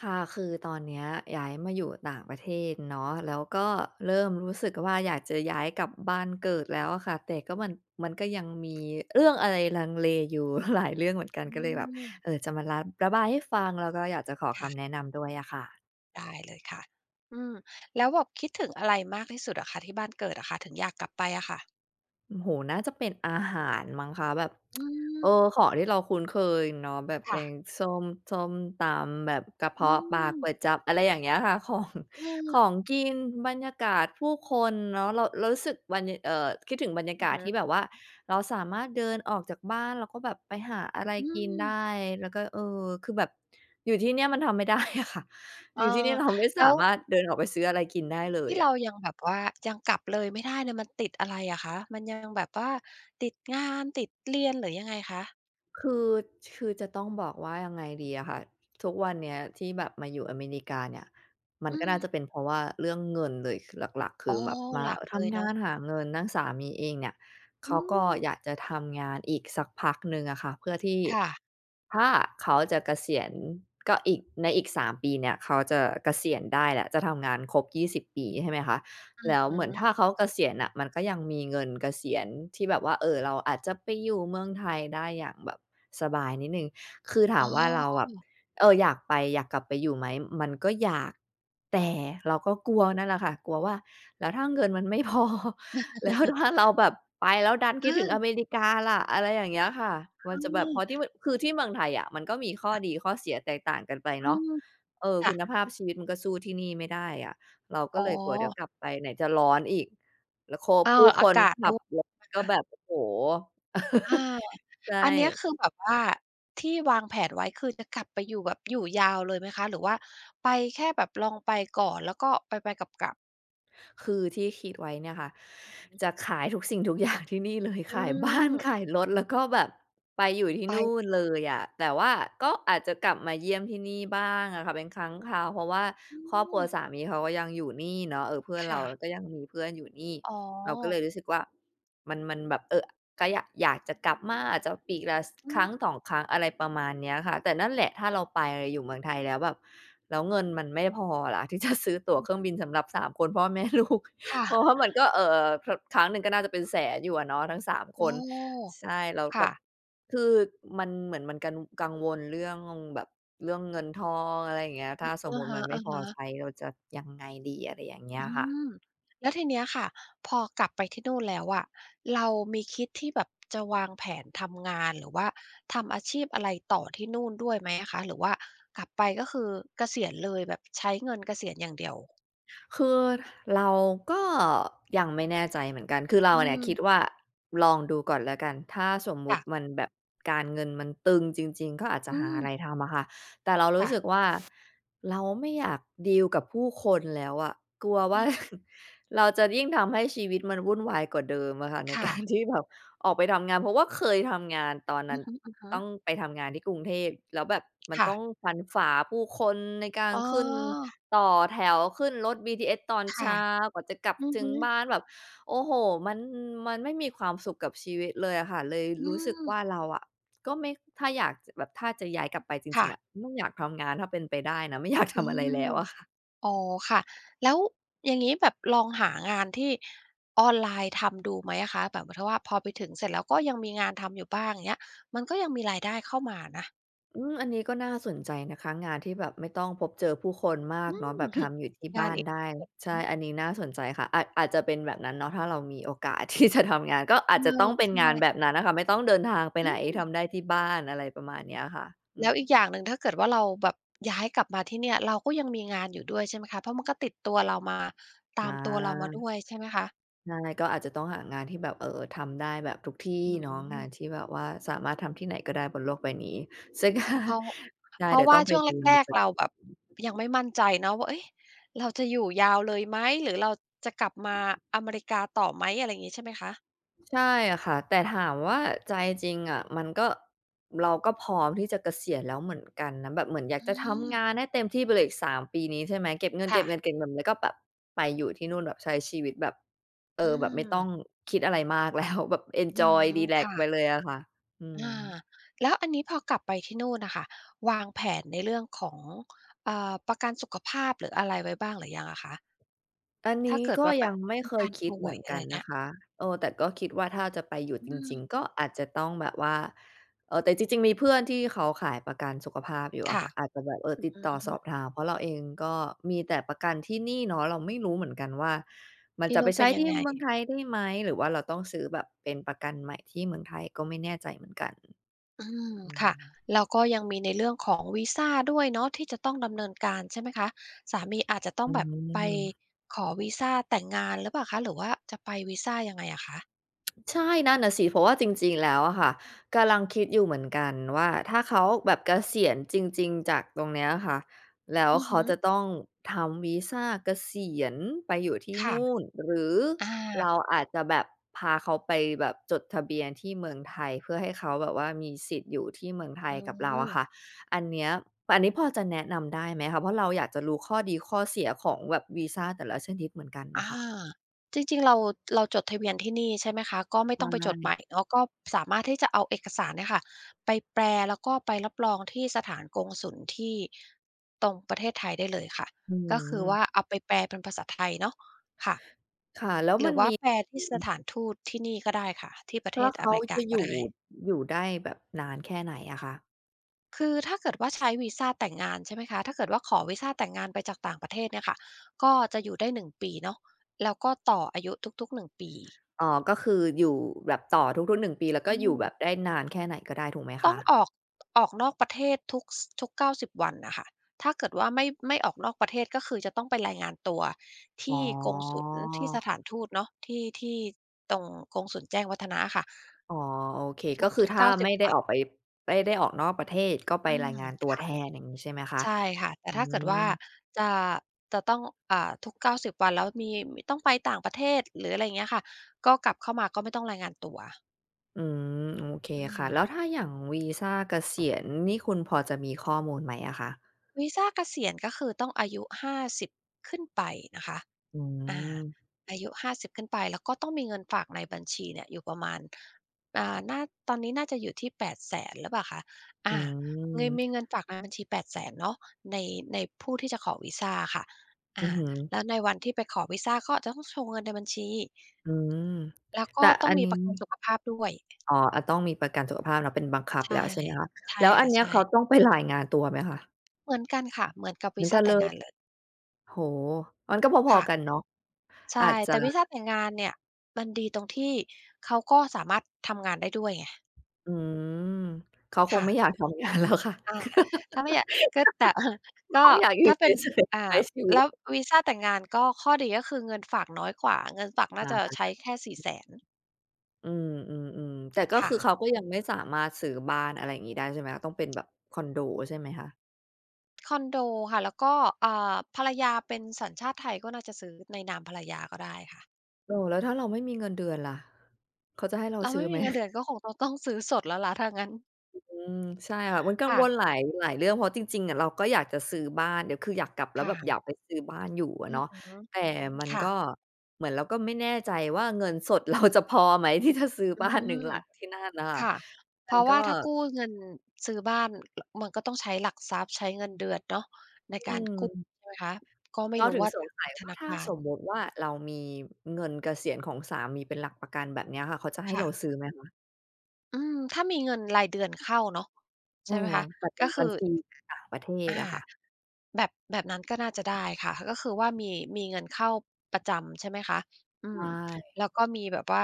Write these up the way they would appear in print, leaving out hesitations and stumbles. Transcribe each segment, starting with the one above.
ค่ะคือตอนเนี้ยย้ายมาอยู่ต่างประเทศเนาะแล้วก็เริ่มรู้สึกว่าอยากจะย้ายกลับบ้านเกิดแล้วอะค่ะแต่ก็มันก็ยังมีเรื่องอะไรลังเลอยู่ หลายเรื่องเหมือนกันอืก็เลยแบบมจะมาระบายให้ฟังแล้วก็อยากจะขอคำแนะค่ะนำด้วยอะค่ะ ได้เลยค่ะอืมแล้วแบบคิดถึงอะไรมากที่สุดอะคะที่บ้านเกิดอะค่ะถึงอยากกลับไปอะค่ะโอ้โฮน่าจะเป็นอาหารมั้งคะแบบอืมของที่เราคุ้นเคยเนาะแบบแกค่ะงส้มส้มตำแบบกระอืเพาะปลามก๋วยจั๊บอะไรอย่างเงี้ยค่ะ ของขอเอองกินบรรยากาศผู้คนเนาะเรารู้สึกบรรยาเอ่อคิดถึงบรรยาอือกาศฮึที่แบบว่าเราสามารถเดินออกจากบ้านแล้วก็แบบไปหาอะไรอืกินได้มแล้วก็คือแบบอยู่ที่เนี่ยมันทำไม่ได้อะค่ะเอออยู่ที่นี่เราไม่แล้สาวมารถเดินออกไปซื้ออะไรกินได้เลยที่เราอะ ยังแบบว่ายังกลับเลยไม่ได้เนี่ยมันติดอะไรอะคะมันยังแบบว่าติดงานติดเรียนหรือยังไงคะคือคือจะต้องบอกว่ายังไงดีอะค่ะทุกวันเนี้ยที่แบบมาอยู่อเมริกาเนี่ยมันอืก็มน่าจะเป็นเพราะว่าเรื่องเงินเลยคือหลักๆคือ๋ออแบบมาหลักเลยทำงาเนาะนหาเงินทั้งสามีเองเนี่ยอืเขาก็มอยากจะทำงานอีกสักพักหนึ่งอะค่ะเพื่อที่ค่ะถ้าเขาจะเกษียณก็อีกในอีก3ปีเนี่ยเขาจะเกษียณได้แหละจะทำงานครบยี่สิบปีใช่ไหมคะอือแล้วเหฮึมือนถ้าเขาเกษียณน่ะมันก็ยังมีเงินเกษียณที่แบบว่าเราอาจจะไปอยู่เมืองไทยได้อย่างแบบ สบายนิดหนึ่งคือถาอ๋มอว่าเราแบบอยากกลับไปอยู่ไหมมันก็อยากแต่เราก็กลัวนั่นแหละค่ะกลัวว่าแล้วถ้าเงินมันไม่พอ แล้วถ้าเออเราแบบไปแล้วดันคิดถึงอเมเออริกาล่ะอะไรอย่างเงี้ยค่ะมัคนจะแบบเพราะคือที่เมืองไทยอะมันก็มีข้อ่ะดีข้อเสียแตกต่างกันไปอืเนาะมคุณค่ะภาพชีวิตมันก็สู้ที่นี่ไม่ได้อะเราก็อ๋อเลยกลัวเดี๋ยวกลับไปไหนจะร้อนอีกแล้วอ้าวผู้คอานกาศขัด้บวยรถก็นะ แบบโอ้โฮ อา ใช่ อันเนี้ยคือแบบว่าที่วางแผนไว้คือจะกลับไปอยู่แบบอยู่ยาวเลยไหมคะหรือว่าไปแค่แบบลองไปก่อนแล้วก็ไปๆกลับๆคือที่คิดไว้เนี่ยค่ะจะขายทุกสิ่งทุกอย่างที่นี่เลยอืขายบ้าน ขาม ยรถแล้วก็แบบไปอยู่ที่ไปนู่นเลยอะแต่ว่าก็อาจจะกลับมาเยี่ยมที่นี่บ้างอะค่ะเป็นครั้งคราวเพราะว่าอืครอบครัวมสามีเขาก็ยังอยู่นี่เนาะเพื่อนเราค่ะ ก็ยังมีเพื่อนอยู่นี่อ๋เราก็เลอยรู้สึกว่ามันแบบก็อยากจะกลับมาอาจจะปีละอืคมรั้งสองครั้งอะไรประมาณเนี้ยค่ะแต่นั่นแหละถ้าเราไปอยู่เมืองไทยแล้วแบบแล้วเงินมันไม่พอล่ะ ที่จะซื้อตั๋วเครื่องบินสำหรับสามคนพ่อแม่ลูก เพราะค่ะว่ามันก็ครั้งหนึ่งก็น่าจะเป็นแสนอยู่อะเนาะทั้ง3โอคน้ใช่แล้วแบค่ะบคือมันเหมือนมันกังวลเรื่องแบบเรื่องเงินทองอะไรอย่างเงี้ยถ้าสมอะมุติฮมันไม่พอะใช้ๆ เราจะยังไงดีอะไรอย่างเงี้ยอืค่ะ มแล้วทีเนี้ยค่ะพอกลับไปที่นู่นแล้วอะเรามีคิดที่แบบจะวางแผนทำงานหรือว่าทำอาชีพอะไรต่อที่นู่นด้วยไหมอะคะหรือว่ากลับไปก็คือเกษียณเลยแบบใช้เงินเกษียณอย่างเดียวคือเราก็ยังไม่แน่ใจเหมือนกัน คือเราอืเนี่ยคิดมว่าลองดูก่อนแล้วกัน ถ้าสมมุค่ะติมันแบบการเงินมันตึงจริงๆก็อาจจะอืหามอะไรทำอะค่ะ แต่เรารู้สึกค่ะว่าเราไม่อยากดีลกับผู้คนแล้วอะกลัวอือว่า เราจะยิ่งทำให้ชีวิตมันวุ่นวายกว่าเดิมอะค่ะในค่ะการ ที่แบบออกไปทำงานเพราะว่าเคยทำงานตอนนั้นอือฮึต้องไปทำงานที่กรุงเทพแล้วแบบมันค่ะต้องฟันฝ่าผู้คนในการอ๋ขึ้น อต่อแถวขึ้นรถบีทีเอสตอนค่ะเช้ากว่าจะกลับอือถึงฮึบ้านแบบโอ้โฮมันมันไม่มีความสุขกับชีวิตเลยอะค่ะเลยอืรู้สึกมว่าเราอะก็ไม่ถ้าอยากแบบถ้าจะย้ายกลับไปจริงค่ะๆอะไม่อยากทำงานถ้าเป็นไปได้นะไม่อยากอืทำอะไรม แล้วอะ อ๋อค่ะแล้วอย่างงี้แบบลองหางานที่ออนไลน์ทำดูไหมอะคะแบบเถ้าว่าพอไปถึงเสร็จแล้วก็ยังมีงานทำอยู่บ้างเงี้ยมันก็ยังมีรายได้เข้ามานะอืมอันนี้ก็น่าสนใจนะคะงานที่แบบไม่ต้องพบเจอผู้คนมากอืเนาะม แบบ ทำอยู่ที่งาบ้านนอีกได้ใช่อันนี้น่าสนใจค่ะอาจจะเป็นแบบนั้นเนาะถ้าเรามีโอกาสที่จะทำงานก็เออาอจจะต้องเป็ในงานแบบช่นั้นน่ะค่ะไม่ต้องเดินทางไปอืไหนมทำได้ที่บ้านอะไรประมาณเนี้ยค่ะอืแล้วมอีกอย่างหนึ่งถ้าเกิดว่าเราแบบย้ายกลับมาที่เนี่ยเราก็ยังมีงานอยู่ด้วยใช่ไหมคะเพราะมันก็ติดตัวเรามาอตามตัวเรามาาด้วยใช่ไหมคะใช่ก็อาจจะต้องหางานที่แบบทำได้แบบทุกที่อืเนาะงานม ที่แบบว่าสามารถทำที่ไหนก็ได้บนโลกใบนี้ซึ่ง เพราะ ใช่เพราะเดี๋ยวต้ว่าองไปช่วงดู แรกๆเราแบบยังไม่มั่นใจเนาะว่าเอ๊ะเราจะอยู่ยาวเลยไหมหรือเราจะกลับมาอเมริกาต่อไหมอะไรอย่างงี้ใช่ไหมคะใช่อะค่ะแต่ถามว่าใจจริงอะมันก็เราก็พร้อมที่จะเกษียณแล้วเหมือนกันนะแบบเหมือนอยากอืจะทำงานมให้เต็มที่ไปเลยอีก3ปีนี้ใช่ไหมเก็บเงิค่ะนๆๆๆแล้วก็แบบไปอยู่ที่นู่นแบบใช้ชีวิตแบบอืแบบไม่ต้องมคิดอะไรมากแล้ว แบบเอนอืจออยฮึรีแลกค่ะซ์ไปเลยอะค่ะอือม าแล้วอันนี้พอกลับไปที่นู่นน่ะค่ะวางแผนในเรื่องของประกันสุขภาพหรืออะไรไว้บ้างหรือยังอะคะอันถ้านี้เกิดก็ว่าแบยับงไม่มีเคยการคิดป่เหวมือยนอะกัไรนเงี้นะยคะแต่ก็คิดว่าถ้าจะไปอยู่อืจริงๆมก็อาจจะต้องแบบว่าแต่จริงๆมีเพื่อนที่เขาขายประกันสุขภาพอยู่อะค่ะค่ะอาจจะแบบอืติดอต่อสอบฮึถามเพราะเราเองก็มีแต่ประกันที่นี่เนาะเราไม่รู้เหมือนกันว่ามันที่จะไปนู่นเป็ใช้นยังที่ไง เมืองไทยได้ไหมหรือว่าเราต้องซื้อแบบเป็นประกันใหม่ที่เมืองไทยก็ไม่แน่ใจเหมือนกันอืมอืค่ะมแล้วก็ยังมีในเรื่องของวีซาด้วยเนาะที่จะต้องดำเนินการใช่ไหมคะสามีอาจจะต้ออืงแบบไปม ขอวีซาแต่งงานหรือเปล่าคะหรือว่าจะไปวีซายังไงอะคะใช่นั่นน่ะสิเพราะว่าจริงๆแล้วอะค่ะกำลังคิดอยู่เหมือนกันว่าถ้าเขาแบบเกษียณจริงๆจากตรงเนี้ยค่ะแล้วอือเขาฮึจะต้องทำวีซาเกษียณไปอยู่ที่ค่ะนู่นหรืออาเราอาจจะแบบพาเขาไปแบบจดทะเบียนที่เมืองไทยเพื่อให้เขาแบบว่ามีสิทธิ์อยู่ที่เมืองไทยอืกับเราอะมค่ะอันเนี้ยอันนี้พอจะแนะนำได้ไหมคะเพราะเราอยากจะรู้ข้อดีข้อเสียของแบบวีซาแต่ละชนิดเหมือนกันน่ะอาค่ะจริงๆเราจดทะเบียนที่นี่ใช่ไหมคะก็ไม่ใต้องไปจดช่ใหม่เนาะก็สามารถที่จะเอาเอกสารเนี่ยค่ะไปแปลแล้วก็ไปรับรองที่สถานกงสุลที่ตรงประเทศไทยได้เลยค่ะอืก็คือว่าม เอาไปแปลเป็นภาษาไทยเนาะค่ะ ค่ะแล้วหมัรืนอว่ามีแปลอืที่สมถานทูตที่นี่ก็ได้ค่ะที่ประเทแล้วศอเขาเมริกาจะอก็ยู่ได้อยู่ได้แบบนานแค่ไหนอะคะคือถ้าเกิดว่าใช้วีซาแต่งงานใช่ไหมคะถ้าเกิดว่าขอวีซาแต่งงานไปจากต่างประเทศเนี่ยค่ะก็จะอยู่ได้1ปีเนาะแล้วก็ต่ออายุทุกๆ1ปีอ๋อก็คืออยู่แบบต่อทุกๆหนึ่งปีแล้วก็อือยู่มแบบได้นานแค่ไหนก็ได้ถูกไหมต้อคะงออกนอกประเทศทุก90วันน่ะค่ะถ้าเกิดว่าไม่ออกนอกประเทศก็คือจะต้องไปรายงานตัวอ๋ที่กงสุลอที่สถานทูตเนาะที่ตรงกงสุลแจ้งวัฒนะอะค่ะอ๋อโอเคก็คือทุกๆถ้า90ไม่ได้วัอนอกไปไม่ได้ออกนอกประเทศก็ไปอืรายมงานตัวแทค่ะ นอย่างงี้ใช่ไหมคะใช่ค่ะแต่อืถ้าเกิดมว่าจะจะต้องทุก90วันแล้วมีต้องไปต่างประเทศหรืออะไรอย่างเงี้ยค่ะก็กลับเข้ามาก็ไม่ต้องรายงานตัวอืมโอเคอืค่ะแล้วถ้ามอย่างวีซาเกษียณนี่คุณพอจะมีข้อมูลไหมอะคะวีซาเกษียณก็คือต้องอายุ50ขึ้นไปนะคะ อือามอายุ50ขึ้นไปแล้วก็ต้องมีเงินฝากในบัญชีเนี่ยอยู่ประมาณอ่าน่าตอนนี้น่าจะอยู่ที่แปดแสนหรือเปล่าคะอือาเงยมมีเงินฝากในบัญชีแปดแสนเนาะในในผู้ที่จะขอวีซาอะค่ะอือาอฮึแล้วในวันที่ไปขอวีซาก็จะต้องโชว์เงินในบัญชีอืมแล้วก็แต่ต้ออังนมีนี้ ประกันสุขภาพด้วยอ๋ออาต้องมีประกันสุขภาพเนาะเป็นบังคับใช่แล้วใช่ไหมคะใช่แล้วอันค่ะเนี้ยใช่เขาต้องไปรายงานตัวไหมคะเหมือนกันค่ะเหมือนกับเหมืวีอนกัซานเลแต่งงานยเลยโอ้โฮมันก็พอๆกันค่ะเนาะอาใช่จจะแต่วีซาแต่งงานเนี่ยมันดีตรงที่เขาก็สามารถทำงานได้ด้วยไงอืมเขาคงค่ะ ไม่อยากทำงานแล้วค่ะ อาถ้าไม่อยากก็แต่ คก็งอยากอยู่ถ้าเป็นเฉยๆใช้อ่าชีวิแล้ตววีซ่าแต่งงานก็ข้อดีก็คือเงินฝากน้อยกว่าเงินฝากน่าจะอาใช้แค่4ี่แสนอืมๆๆแต่ก็ค่ะคือเขาก็ยังไม่สามารถซื้อบ้านอะไรอย่างงี้ได้ใช่ไหมคะต้องเป็นแบบคอนโดใช่ไหมคะคอนโดค่ะแล้วก็อ่าภรรยาเป็นสัญชาติไทยก็น่าจะซื้อในนามภรรยาก็ได้ค่ะแล้วถ้าเราไม่มีเงินเดือนล่ะเขาจะให้เราเราซื้อไม่ไหมีม เงินเดือนก็คงต้องซื้อสดแล้วล่ะถ้างั้นอืมใช่ค่ะมันกังวค่ะลหลายหลายเรื่องเพราะจริงๆอะเราก็อยากจะซื้อบ้านเดี๋ยวคืออยากกลับแล้วแบบอยาค่ะกไปซื้อบ้านอยู่อะอือเนาะฮึแต่มันค่ะก็เหมือนเราก็ไม่แน่ใจว่าเงินสดเราจะพอไหมที่จะซื้ออืบ้านหนึ่งม หลังที่นั่นน่ะค่ะค่ะเพมันราะก็ว่าถ้ากู้เงินซื้อบ้านมันก็ต้องใช้หลักทรัพย์ใช้เงินเดือนเนาะในกาอืรกู้มใช่ไหมคะก็ไม่เรารู้ถึงว่าสงทางสัยธว่านาถ้าคาสรมมุติว่าเรามีเงินเกษียณของสามีเป็นหลักประกันแบบเนี้ยค่ะเขาจะให้เราค่ะซื้อไหมคะอืมถ้ามีเงินรายเดือนเข้าเนาะเอใช่ไหมอคะแต่เป็ก็นบัคืญอชีต่างประเทศอาอะค่ะแบบนั้นก็น่าจะได้ค่ะ ก็คือว่ามีเงินเข้าประจำใช่ไหมคะอืมใช่ แล้วก็มีแบบว่า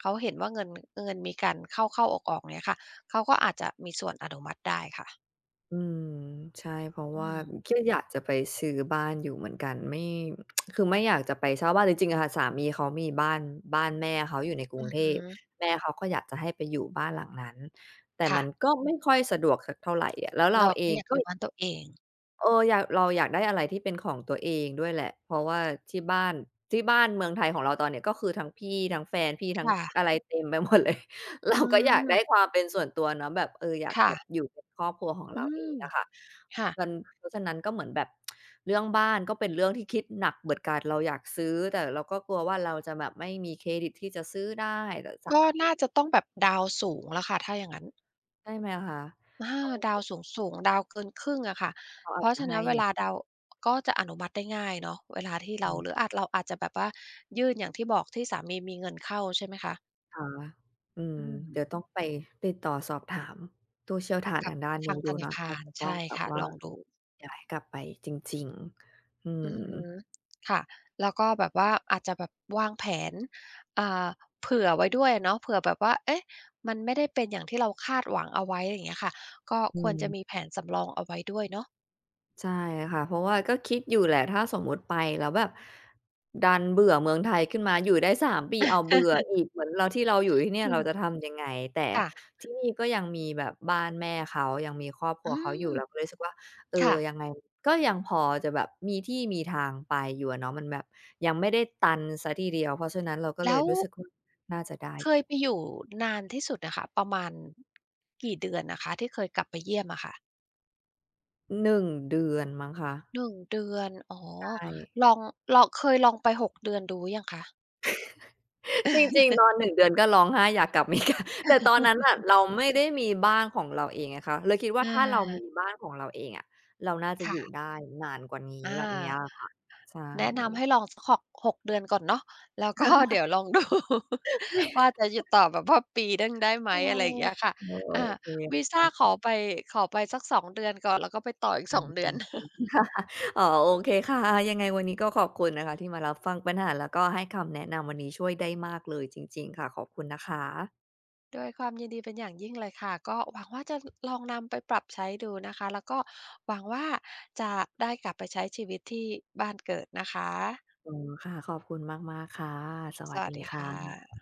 เขาเห็นว่าเงินมีการเข้าๆออกๆเงี้ยค่ะเขาก็อาจจะมีส่วนอนุมัติได้ค่ะอืมใช่เพราะอืว่ามก็อยากจะไปซื้อบ้านอยู่เหมือนกันไม่ คือไม่อยากจะไปเช่าบ้านจริงๆอะค่ะสามีเขามีบ้านบ้านแม่เขาอยู่ในกรุอืงอเทฮึพแม่เขาก็อยากจะให้ไปอยู่บ้านหลังนั้นแต่มัค่ะ นก็ไม่ค่อยสะดวกสักเท่าไรอะแล้วเราเราเอก็งอยากก็ อยู่บ้านตัวเองอยากเราอยากได้อะไรที่เป็นของตัวเองด้วยแหละเพราะว่าที่บ้านที่บ้านเมืองไทยของเราตอนเนี้ยก็คือทั้งพี่ทั้งแฟนพี่ทั้งอะค่ะไรเต็มไปหมดเลย อืเราก็อยากได้คมวามเป็นส่วนตัวเนาะแบบอยากค่ะแบบอยู่เป็นครอบครัวของอืเราเอมงอะค่ะค่ะมันเพราะฉะนั้นก็เหมือนแบบเรื่องบ้านก็เป็นเรื่องที่คิดหนักเหมือนกันเราอยากซื้อแต่เราก็กลัวว่าเราจะแบบไม่มีเครดิตที่จะซื้อได้แต่สก็น่าจะต้องแบบดาวสูงแล้วค่ะถ้าอย่างงั้นใช่ไหมคะอาต้องดาวสูงๆดาวเกินครึ่งอะค่ะเขาเพอาจราะจะฉะให้นั้นอเวยู่ลาดาวก็จะอนุมัติได้ง่ายเนาะเวลาที่อืเราหรืม ออาจเราอาจจะแบบว่ายื่นอย่างที่บอกที่สามีมีเงินเข้าใช่ไหมคะค่ะอืม อืมเดี๋ยวต้องไปติดต่อสอบถามผู้เชี่ยวชาญกับทางด้านนี้ทางดูธนาเนาะอาคาจรจะต้องใช่แบบค่ะว่าลองดู ย้ายกลับไปจริงๆอืมอือฮึค่ะแล้วก็แบบว่าอาจจะแบบวางแผนอ่าเผื่อไว้ด้วยเนาะเผื่อแบบว่าเอ๊ะมันไม่ได้เป็นอย่างที่เราคาดหวังเอาไว้อย่างเงี้ยค่ะก็อืควรจะมีม แผนสำรองเอาไว้ด้วยเนาะใช่ค่ะเพราะว่าก็คิดอยู่แหละถ้าสมมุติไปแล้วแบบดันเบื่อเมืองไทยขึ้นมาอยู่ได้3ปีอ้าวเบื่ออีกเหมือนเราที่เราอยู่ที่เนี่ยอืเราจะมทำยังไงแต่ค่ะที่นี่ก็ยังมีแบบบ้านแม่เขายังมีครอบครัอืวเขาอมยู่เราก็เลยรู้สึกว่าเออค่ะยังไงก็ยังพอจะแบบมีที่มีทางไปอยู่อะเนาะมันแบบยังไม่ได้ตันเสียทีเดียวเพราะฉะนั้นเราก็เลแล้ยวรู้สึกว่าน่าจะได้เคอยไปยู่อยู่นานที่สุดนะคะประมาณกี่เดือนนะคะที่เคยกลับไปเยี่ยมอะค่ะหนึ่งเดือนมั้งคะ1 เดือนอ๋อใช่ ลองลองเคยลองไปหกเดือนดูอยังคะ จริงๆตอ นหนึ่งเดือนก็ร้องไห้อยากกลับอเมริกา แต่ตอนนั้นน่ะเราไม่ได้มีบ้านของเราเองไงคะเลยคิดอว่าถ้าเรามีาบ้านของเราเองอะเราน่าจะอยู่ค่ะได้นานกว่านี้อา แบบเนี้ยใช่ แนะนำให้ลองสักหกเดือนก่อนเนาะแล้วก็ เดี๋ยวลองดู ว่า จะอยู่ต่อแบบว่าปีหนึ่งได้ไหมออะไรอย่างเงี้ยค่ะเอออาโอวีเคซาขอไปสัก2เดือนก่อนแล้วก็ไปต่ออีกอื2เดือน ม อ๋อโอเคค่ะยังไงวันนี้ก็ขอบคุณนะคะที่มารับฟังปัญหาแล้วก็ให้คำแนะนำวันนี้ช่วยได้มากเลยจริงๆค่ะขอบคุณนะคะด้วยความยินดีเป็นอย่างยิ่งเลยค่ะก็หวังว่าจะลองนำไปปรับใช้ดูนะคะแล้วก็หวังว่าจะได้กลับไปใช้ชีวิตที่บ้านเกิดนะคะอืมค่ะขอบคุณมากๆค่ะสสวัสวัดีสดีค่ค่ะะ